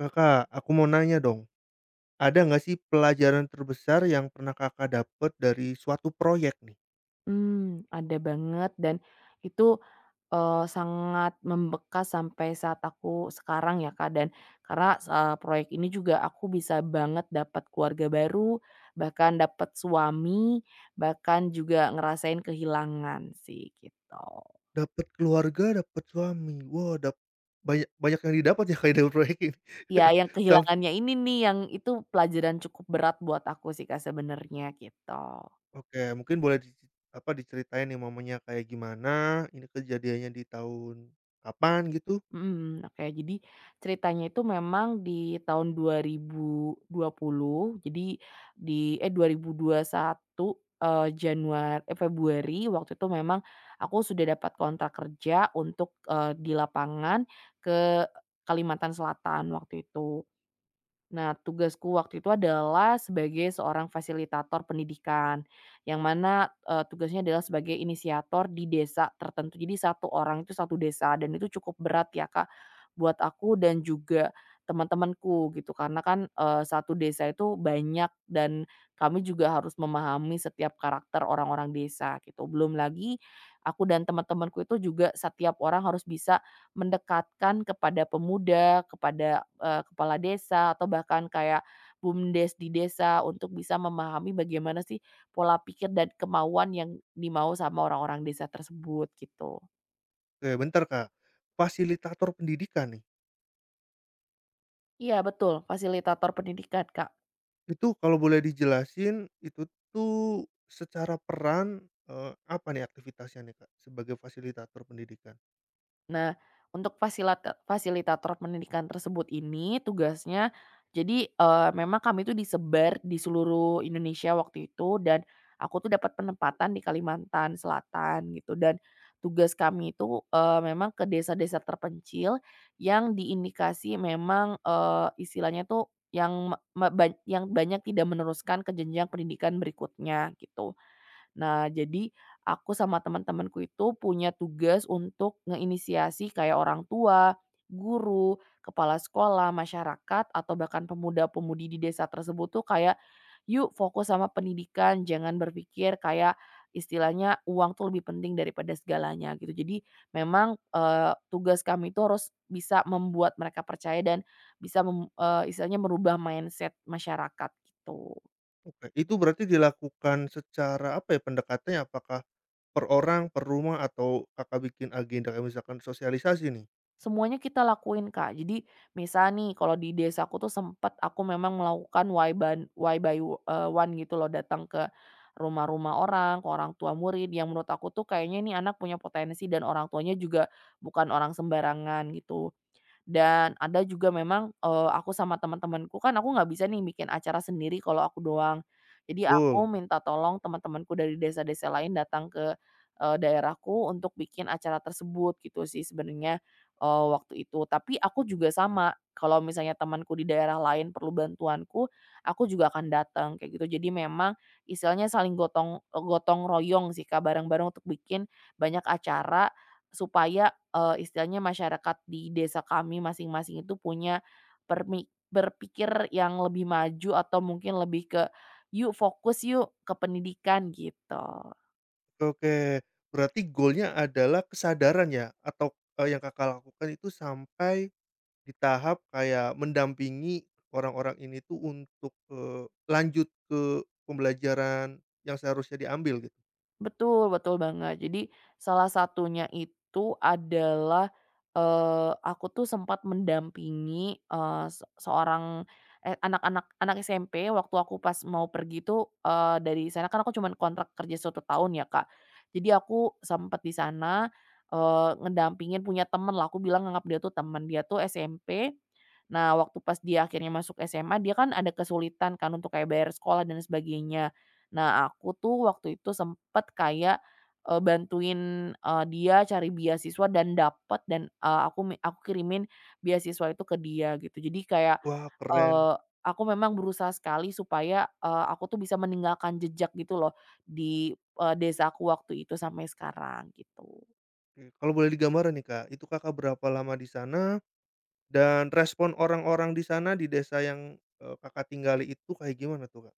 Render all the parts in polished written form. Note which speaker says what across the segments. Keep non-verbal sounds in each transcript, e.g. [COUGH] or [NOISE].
Speaker 1: Kakak, aku mau nanya dong, ada nggak sih pelajaran terbesar yang pernah kakak dapet dari suatu proyek nih?
Speaker 2: Ada banget dan itu, sangat membekas sampai saat aku sekarang ya, Kak, dan karena, proyek ini juga aku bisa banget dapat keluarga baru, bahkan dapat suami, bahkan juga ngerasain kehilangan sih gitu.
Speaker 1: Dapat keluarga, dapat suami, wah dap banyak banyak yang didapat ya kayak dari proyek ini.
Speaker 2: Ya
Speaker 1: [LAUGHS]
Speaker 2: yang
Speaker 1: Samp
Speaker 2: kehilangannya ini nih yang itu pelajaran cukup berat buat aku sih, Kak, sebenarnya gitu.
Speaker 1: oke, mungkin boleh diceritain nih momennya kayak gimana, ini kejadiannya di tahun kapan gitu?
Speaker 2: Mhm, oke. Jadi ceritanya itu memang di tahun 2020, jadi di eh, 2021, Januari eh, Februari waktu itu memang aku sudah dapat kontrak kerja untuk, di lapangan ke Kalimantan Selatan waktu itu. Nah, tugasku waktu itu adalah sebagai seorang fasilitator pendidikan, yang mana, tugasnya adalah sebagai inisiator di desa tertentu. Jadi satu orang itu satu desa dan itu cukup berat ya, Kak, buat aku dan juga teman-temanku gitu. Karena kan, satu desa itu banyak dan kami juga harus memahami setiap karakter orang-orang desa gitu. Belum lagi aku dan teman-temanku itu juga setiap orang harus bisa mendekatkan kepada pemuda, kepada, kepala desa, atau bahkan kayak BUMDes di desa untuk bisa memahami bagaimana sih pola pikir dan kemauan yang dimau sama orang-orang desa tersebut gitu.
Speaker 1: Oke bentar Kak, fasilitator pendidikan nih.
Speaker 2: Iya betul, fasilitator pendidikan, Kak.
Speaker 1: Itu kalau boleh dijelasin, itu tuh secara peran, apa nih aktivitasnya nih, Kak, sebagai fasilitator pendidikan?
Speaker 2: Nah, untuk fasilitator pendidikan tersebut ini tugasnya jadi, memang kami itu disebar di seluruh Indonesia waktu itu dan aku tuh dapat penempatan di Kalimantan Selatan gitu dan tugas kami itu, memang ke desa-desa terpencil yang diindikasi memang, istilahnya tuh yang banyak tidak meneruskan ke jenjang pendidikan berikutnya gitu. Nah, jadi aku sama teman-temanku itu punya tugas untuk ngeinisiasi kayak orang tua, guru, kepala sekolah, masyarakat, atau bahkan pemuda-pemudi di desa tersebut tuh kayak, "Yuk fokus sama pendidikan, jangan berpikir kayak istilahnya uang tuh lebih penting daripada segalanya," gitu. Jadi memang, tugas kami itu harus bisa membuat mereka percaya dan bisa istilahnya merubah mindset masyarakat, gitu.
Speaker 1: Oke, itu berarti dilakukan secara apa ya, pendekatannya apakah per orang, per rumah, atau Kakak bikin agenda kayak misalkan sosialisasi nih?
Speaker 2: Semuanya kita lakuin, Kak. Jadi misal nih kalau di desaku tuh sempat aku memang melakukan why ban why by, one gitu loh, datang ke rumah-rumah orang, ke orang tua murid yang menurut aku tuh kayaknya ini anak punya potensi dan orang tuanya juga bukan orang sembarangan gitu. Dan ada juga memang, aku sama teman-temanku kan aku nggak bisa nih bikin acara sendiri kalau aku doang. Jadi
Speaker 1: Betul,
Speaker 2: aku minta tolong teman-temanku dari desa-desa lain datang ke, daerahku untuk bikin acara tersebut gitu sih sebenarnya, waktu itu. Tapi aku juga sama, kalau misalnya temanku di daerah lain perlu bantuanku, aku juga akan datang kayak gitu. Jadi memang istilahnya saling gotong, gotong royong sih Kak, bareng-bareng untuk bikin banyak acara supaya istilahnya masyarakat di desa kami masing-masing itu punya berpikir yang lebih maju atau mungkin lebih ke, "Yuk fokus yuk ke pendidikan," gitu.
Speaker 1: oke. Berarti goalnya adalah kesadaran ya atau, yang Kakak lakukan itu sampai di tahap kayak mendampingi orang-orang ini tuh untuk, lanjut ke pembelajaran yang seharusnya diambil gitu.
Speaker 2: Betul betul banget. Jadi salah satunya itu adalah, aku tuh sempat mendampingi, eee, se seorang, eee, anak-anak anak SMP waktu aku pas mau pergi tuh, dari sana kan aku cuman kontrak kerja 1 tahun ya, Kak. Jadi aku sempat di sana, ngedampingin punya temen lah, aku bilang nganggap dia tuh temen, dia tuh SMP. Nah waktu pas dia akhirnya masuk SMA dia kan ada kesulitan kan untuk kayak bayar sekolah dan sebagainya. Nah, aku tuh waktu itu sempet kayak, bantuin, dia cari beasiswa dan dapat dan, aku kirimin beasiswa itu ke dia gitu. Jadi kayak,
Speaker 1: Wah keren.
Speaker 2: eee, aku memang berusaha sekali supaya, aku tuh bisa meninggalkan jejak gitu loh di, desaku waktu itu sampai sekarang gitu.
Speaker 1: Oke, kalau boleh digambarin nih Kak, itu Kakak berapa lama di sana dan respon orang-orang di sana di desa yang, Kakak tinggali itu kayak gimana tuh Kak?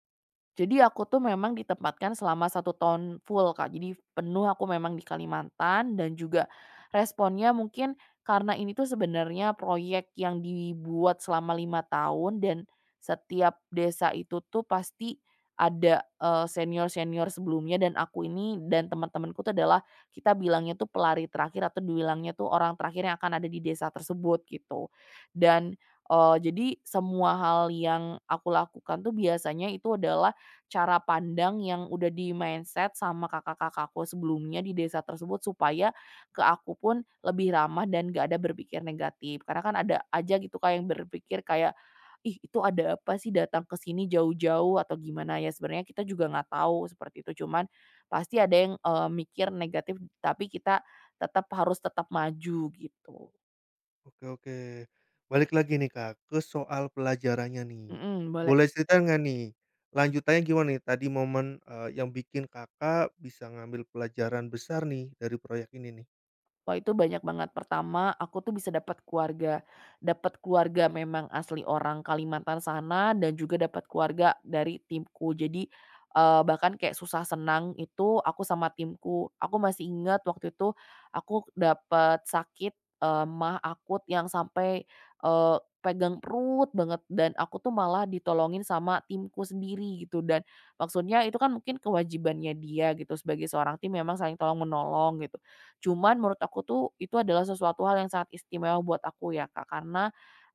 Speaker 2: Jadi aku tuh memang ditempatkan selama 1 tahun full, Kak. Jadi penuh aku memang di Kalimantan dan juga responnya mungkin karena ini tuh sebenarnya proyek yang dibuat selama 5 tahun dan setiap desa itu tuh pasti ada, senior-senior sebelumnya dan aku ini dan teman-temanku tuh adalah kita bilangnya tuh pelari terakhir atau dibilangnya tuh orang terakhir yang akan ada di desa tersebut gitu. Dan, jadi semua hal yang aku lakukan tuh biasanya itu adalah cara pandang yang udah di-mindset sama kakak-kakakku sebelumnya di desa tersebut supaya ke aku pun lebih ramah dan gak ada berpikir negatif. Karena kan ada aja gitu Kak yang berpikir kayak, "Ih itu ada apa sih datang ke sini jauh-jauh?" Atau gimana ya, sebenarnya kita juga nggak tahu seperti itu. Cuman pasti ada yang, mikir negatif tapi kita tetap harus tetap maju gitu.
Speaker 1: Oke oke. Balik lagi nih Kak, ke soal pelajarannya nih.
Speaker 2: Mhm, boleh.
Speaker 1: Boleh cerita nggak nih, lanjutannya gimana nih tadi momen, yang bikin Kakak bisa ngambil pelajaran besar nih dari proyek ini nih?
Speaker 2: Wah, itu banyak banget. Pertama, aku tuh bisa dapat keluarga memang asli orang Kalimantan sana dan juga dapat keluarga dari timku. Jadi, bahkan kayak susah senang itu aku sama timku. Aku masih ingat waktu itu aku dapat sakit, maag akut yang sampai, eee, pegang perut banget dan aku tuh malah ditolongin sama timku sendiri gitu dan maksudnya itu kan mungkin kewajibannya dia gitu sebagai seorang tim memang saling tolong menolong gitu. Cuman menurut aku tuh itu adalah sesuatu hal yang sangat istimewa buat aku ya, Kak, karena,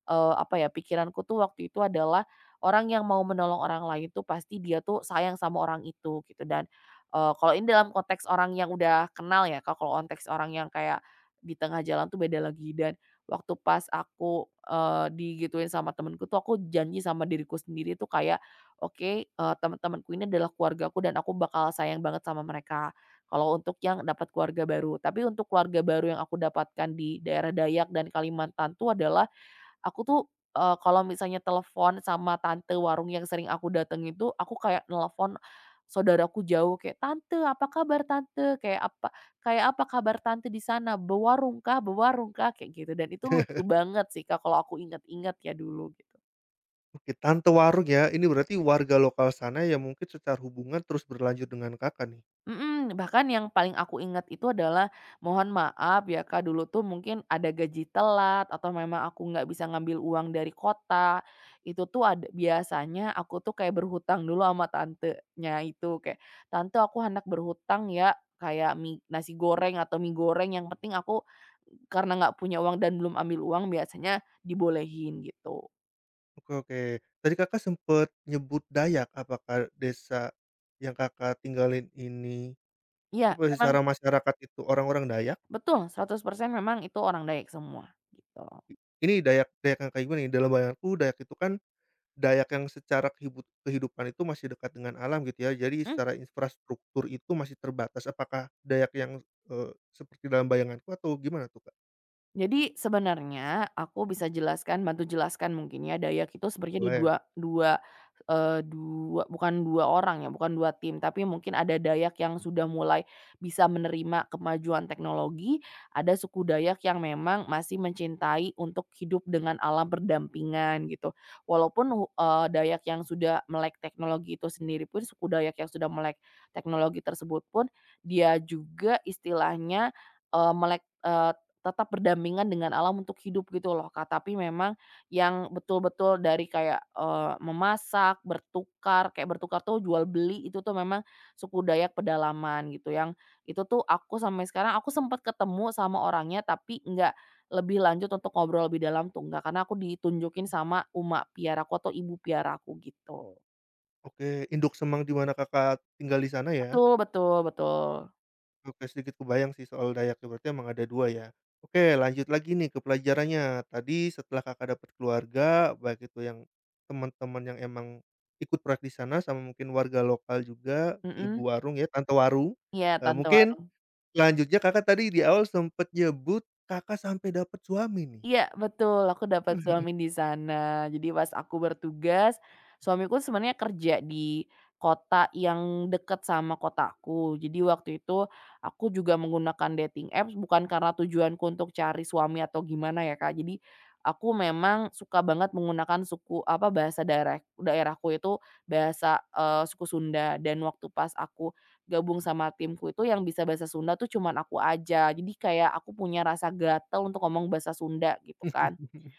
Speaker 2: apa ya, pikiranku tuh waktu itu adalah orang yang mau menolong orang lain tuh pasti dia tuh sayang sama orang itu gitu dan, kalau ini dalam konteks orang yang udah kenal ya, Kak, kalau konteks orang yang kayak di tengah jalan tuh beda lagi dan waktu pas aku, digituin sama temenku tuh aku janji sama diriku sendiri tuh kayak, "Oke, temen-temenku ini adalah keluargaku dan aku bakal sayang banget sama mereka." Kalau untuk yang dapat keluarga baru. Tapi untuk keluarga baru yang aku dapatkan di daerah Dayak dan Kalimantan tuh adalah, aku tuh, kalau misalnya telepon sama tante warung yang sering aku datengin itu, aku kayak nelepon saudaraku jauh kayak, "Tante, apa kabar tante?" Kayak, "Apa kabar tante di sana? Bewarung kah bewarung kah?" Kayak gitu, dan itu lucu banget sih Kak, kalau aku inget-inget ya dulu gitu.
Speaker 1: Oke, tante warung ya, ini berarti warga lokal sana yang mungkin secara hubungan terus berlanjut dengan Kakak nih?
Speaker 2: Mhm, bahkan yang paling aku ingat itu adalah, "Mohon maaf ya Kak, dulu tuh mungkin ada gaji telat atau memang aku nggak bisa ngambil uang dari kota." Itu tuh ada biasanya aku tuh kayak berhutang dulu sama tantenya itu, kayak, "Tante aku hendak berhutang ya, kayak mie nasi goreng atau mie goreng, yang penting aku karena nggak punya uang dan belum ambil uang biasanya dibolehin." Gitu.
Speaker 1: Oke oke. Tadi Kakak sempet nyebut Dayak, apakah desa yang Kakak tinggalin ini,
Speaker 2: Iya,
Speaker 1: apa
Speaker 2: memang
Speaker 1: secara masyarakat itu orang-orang Dayak?
Speaker 2: betul, 100% memang itu orang Dayak semua, gitu.
Speaker 1: Ini Dayak Dayak yang kayak gimana nih? Dalam bayanganku Dayak itu kan Dayak yang secara kehidupan itu masih dekat dengan alam gitu ya, jadi
Speaker 2: Mhm.
Speaker 1: secara infrastruktur itu masih terbatas. Apakah Dayak yang, seperti dalam bayanganku atau gimana tuh, Kak?
Speaker 2: Jadi sebenarnya aku bisa jelaskan bantu jelaskan mungkin ya, Dayak itu sebenarnya ada
Speaker 1: Boleh.
Speaker 2: dua dua, dua bukan 2 orang ya, bukan 2 tim, tapi mungkin ada Dayak yang sudah mulai bisa menerima kemajuan teknologi, ada suku Dayak yang memang masih mencintai untuk hidup dengan alam berdampingan gitu. Walaupun Dayak yang sudah melek teknologi itu sendiri pun, suku Dayak yang sudah melek teknologi tersebut pun, dia juga istilahnya, eee, melek eee, tetap berdampingan dengan alam untuk hidup gitu loh, Kak. Tapi memang yang betul-betul dari kayak, memasak, bertukar, kayak bertukar tuh jual beli itu tuh memang suku Dayak pedalaman gitu, yang itu tuh aku sampai sekarang aku sempat ketemu sama orangnya tapi nggak lebih lanjut untuk ngobrol lebih dalam tuh nggak, karena aku ditunjukin sama uma piara aku atau ibu piara aku gitu.
Speaker 1: Oke, induk Semang di mana Kakak tinggal di sana ya?
Speaker 2: Betul betul betul.
Speaker 1: Oke, sedikit kebayang sih soal Dayak ya, berarti emang ada 2 ya. Oke, lanjut lagi nih ke pelajarannya. Tadi setelah Kakak dapat keluarga, baik itu yang teman-teman yang emang ikut proyek di sana sama mungkin warga lokal juga, si
Speaker 2: Mhm.
Speaker 1: ibu warung ya, tante warung,
Speaker 2: Iya, tante.
Speaker 1: mungkin selanjutnya Kakak tadi di awal sempet nyebut Kakak sampai dapat suami nih.
Speaker 2: Iya betul, aku dapat suami di sana. Jadi pas aku bertugas, suamiku sebenarnya kerja di kota yang dekat sama kotaku. Jadi waktu itu aku juga menggunakan dating apps bukan karena tujuanku untuk cari suami atau gimana ya, Kak. Jadi aku memang suka banget menggunakan suku apa bahasa daerahku itu bahasa, suku Sunda dan waktu pas aku gabung sama timku itu yang bisa bahasa Sunda tuh cuman aku aja. Jadi kayak aku punya rasa gatel untuk ngomong bahasa Sunda gitu kan.
Speaker 1: [LAUGHS]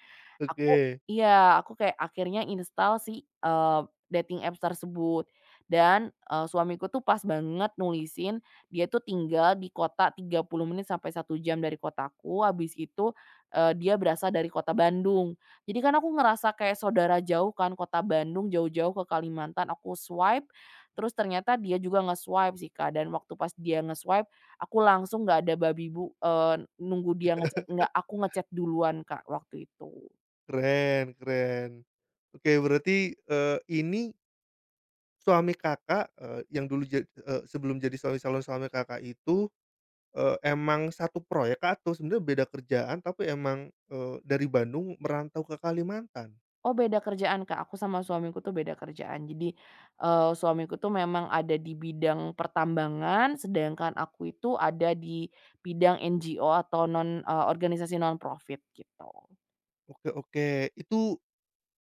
Speaker 2: Aku
Speaker 1: Oke,
Speaker 2: iya, aku kayak akhirnya install si, dating apps tersebut dan, suamiku tuh pas banget nulisin dia tuh tinggal di kota 30 menit sampai 1 jam dari kotaku, habis itu, dia berasal dari kota Bandung. Jadi kan aku ngerasa kayak saudara jauh kan, kota Bandung jauh-jauh ke Kalimantan, aku swipe, terus ternyata dia juga nge-swipe sih, Kak, dan waktu pas dia nge-swipe, aku langsung nggak ada nunggu dia ngechat, nggak, aku ngechat duluan, Kak, waktu itu.
Speaker 1: keren keren. Oke, berarti, ini suami Kakak, eee, yang dulu jad eee, sebelum jadi suami calon suami Kakak itu, emang satu proyek kah atau sebenarnya beda kerjaan tapi emang, dari Bandung merantau ke Kalimantan?
Speaker 2: Oh beda kerjaan Kak, aku sama suamiku tuh beda kerjaan. Jadi, suamiku tuh memang ada di bidang pertambangan, sedangkan aku itu ada di bidang NGO atau organisasi non profit gitu.
Speaker 1: Oke oke. Itu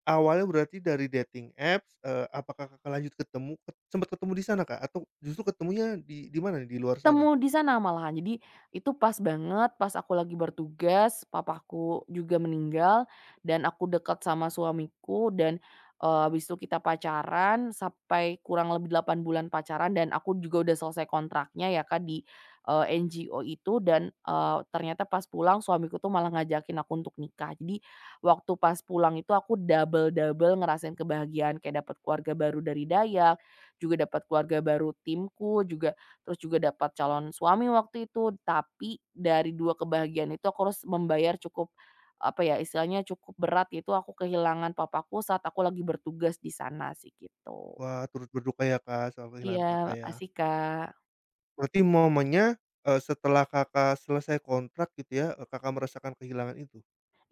Speaker 1: awalnya berarti dari dating apps, apakah Kakak lanjut ketemu sempat ketemu di sana, Kak? Atau justru ketemunya di mana nih, di luar sana?
Speaker 2: Ketemu di sana malahan. Jadi itu pas banget pas aku lagi bertugas, papaku juga meninggal dan aku dekat sama suamiku dan, habis itu kita pacaran sampai kurang lebih 8 bulan pacaran dan aku juga udah selesai kontraknya ya Kak di, NGO itu dan, ternyata pas pulang suamiku tuh malah ngajakin aku untuk nikah. Jadi waktu pas pulang itu aku double-double ngerasain kebahagiaan kayak dapat keluarga baru dari Dayak, juga dapat keluarga baru timku, terus juga dapat calon suami waktu itu, tapi dari 2 kebahagiaan itu aku harus membayar cukup, apa ya, istilahnya cukup berat yaitu aku kehilangan papaku saat aku lagi bertugas di sana sih gitu.
Speaker 1: Wah, turut berduka ya, Kak, soal
Speaker 2: Iya,
Speaker 1: kehilangan Kakak ya.
Speaker 2: makasih Kak.
Speaker 1: Berarti momennya, setelah Kakak selesai kontrak gitu ya, Kakak merasakan kehilangan itu?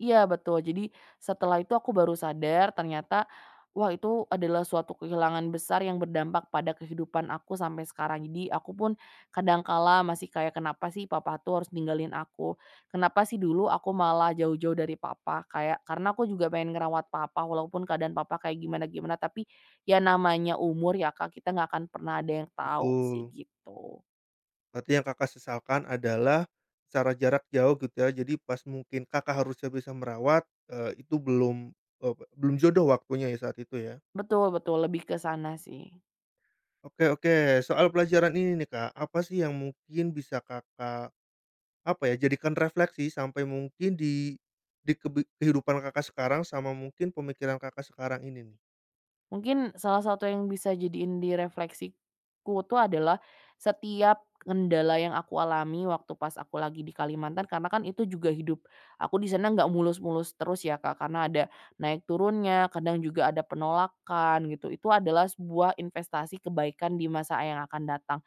Speaker 2: Iya betul. Jadi setelah itu aku baru sadar ternyata, wah itu adalah suatu kehilangan besar yang berdampak pada kehidupan aku sampai sekarang. Jadi aku pun kadangkala masih kayak, "Kenapa sih papa tuh harus ninggalin aku? Kenapa sih dulu aku malah jauh-jauh dari papa?" Kayak karena aku juga pengen ngerawat papa walaupun keadaan papa kayak gimana-gimana, tapi ya namanya umur ya Kak, kita nggak akan pernah ada yang tahu sih
Speaker 1: Betul.
Speaker 2: gitu.
Speaker 1: Berarti yang Kakak sesalkan adalah secara jarak jauh gitu ya, jadi pas mungkin Kakak harusnya bisa merawat, itu belum jodoh waktunya ya saat itu ya?
Speaker 2: Betul betul, lebih ke sana sih.
Speaker 1: Oke oke, soal pelajaran ini nih Kak, apa sih yang mungkin bisa Kakak, apa ya, jadikan refleksi sampai mungkin di kehidupan Kakak sekarang sama mungkin pemikiran Kakak sekarang ini nih?
Speaker 2: Mungkin salah satu yang bisa jadiin di refleksiku tuh adalah setiap kendala yang aku alami waktu pas aku lagi di Kalimantan karena kan itu juga hidup aku di sana nggak mulus-mulus terus ya Kak, karena ada naik turunnya, kadang juga ada penolakan gitu. Itu adalah sebuah investasi kebaikan di masa yang akan datang.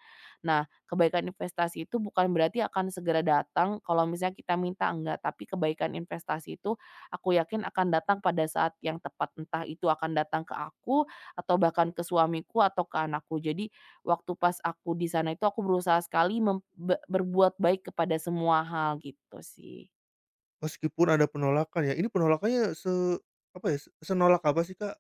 Speaker 2: Nah, kebaikan investasi itu bukan berarti akan segera datang kalau misalnya kita minta enggak, tapi kebaikan investasi itu aku yakin akan datang pada saat yang tepat, entah itu akan datang ke aku atau bahkan ke suamiku atau ke anakku. Jadi waktu pas aku di sana itu aku berusaha sekali mem be berbuat baik kepada semua hal gitu sih.
Speaker 1: Meskipun ada penolakan ya, ini penolakannya se apa ya, se- senolak apa sih Kak?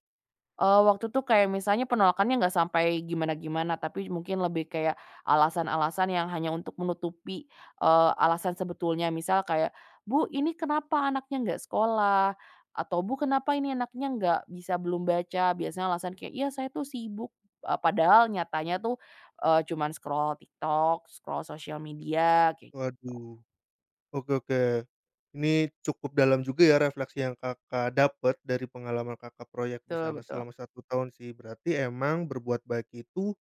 Speaker 2: Waktu itu kayak misalnya penolakannya nggak sampai gimana-gimana, tapi mungkin lebih kayak alasan-alasan yang hanya untuk menutupi, alasan sebetulnya. Misal kayak, "Bu, ini kenapa anaknya nggak sekolah?" Atau, "Bu, kenapa ini anaknya nggak bisa belum baca?" Biasanya alasan kayak, "Iya, saya tuh sibuk." Padahal nyatanya tuh, cuman scroll TikTok, scroll sosial media, kayak
Speaker 1: Waduh. Oke oke. Ini cukup dalam juga ya refleksi yang Kakak dapat dari pengalaman Kakak proyek di
Speaker 2: gitu,
Speaker 1: sana
Speaker 2: betul.
Speaker 1: selama satu tahun sih. Berarti emang berbuat baik itu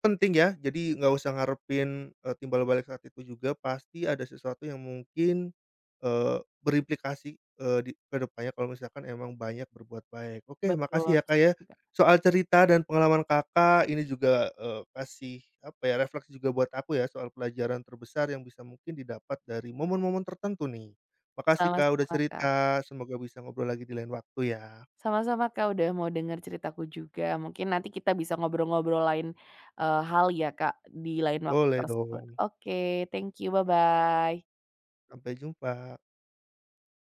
Speaker 1: penting ya, jadi nggak usah ngarepin, timbal balik saat itu juga, pasti ada sesuatu yang mungkin, eee, berimplikasi, di ke depannya kalau misalkan emang banyak berbuat baik. Oke,
Speaker 2: Betul,
Speaker 1: makasih ya, Kak, ya,
Speaker 2: setuju, Kak.
Speaker 1: soal cerita dan pengalaman Kakak, ini juga, kasih apa ya, refleksi juga buat aku ya, soal pelajaran terbesar yang bisa mungkin didapat dari momen-momen tertentu nih. Makasih, Kak, udah
Speaker 2: Sama-sama, Kak.
Speaker 1: cerita, semoga bisa ngobrol lagi di lain waktu ya.
Speaker 2: Sama-sama Kak, udah mau denger ceritaku juga. Mungkin nanti kita bisa ngobrol-ngobrol lain, hal ya Kak, di lain waktu
Speaker 1: Boleh
Speaker 2: tersebut.
Speaker 1: dong,
Speaker 2: Oke, thank you, bye-bye.
Speaker 1: sampai jumpa.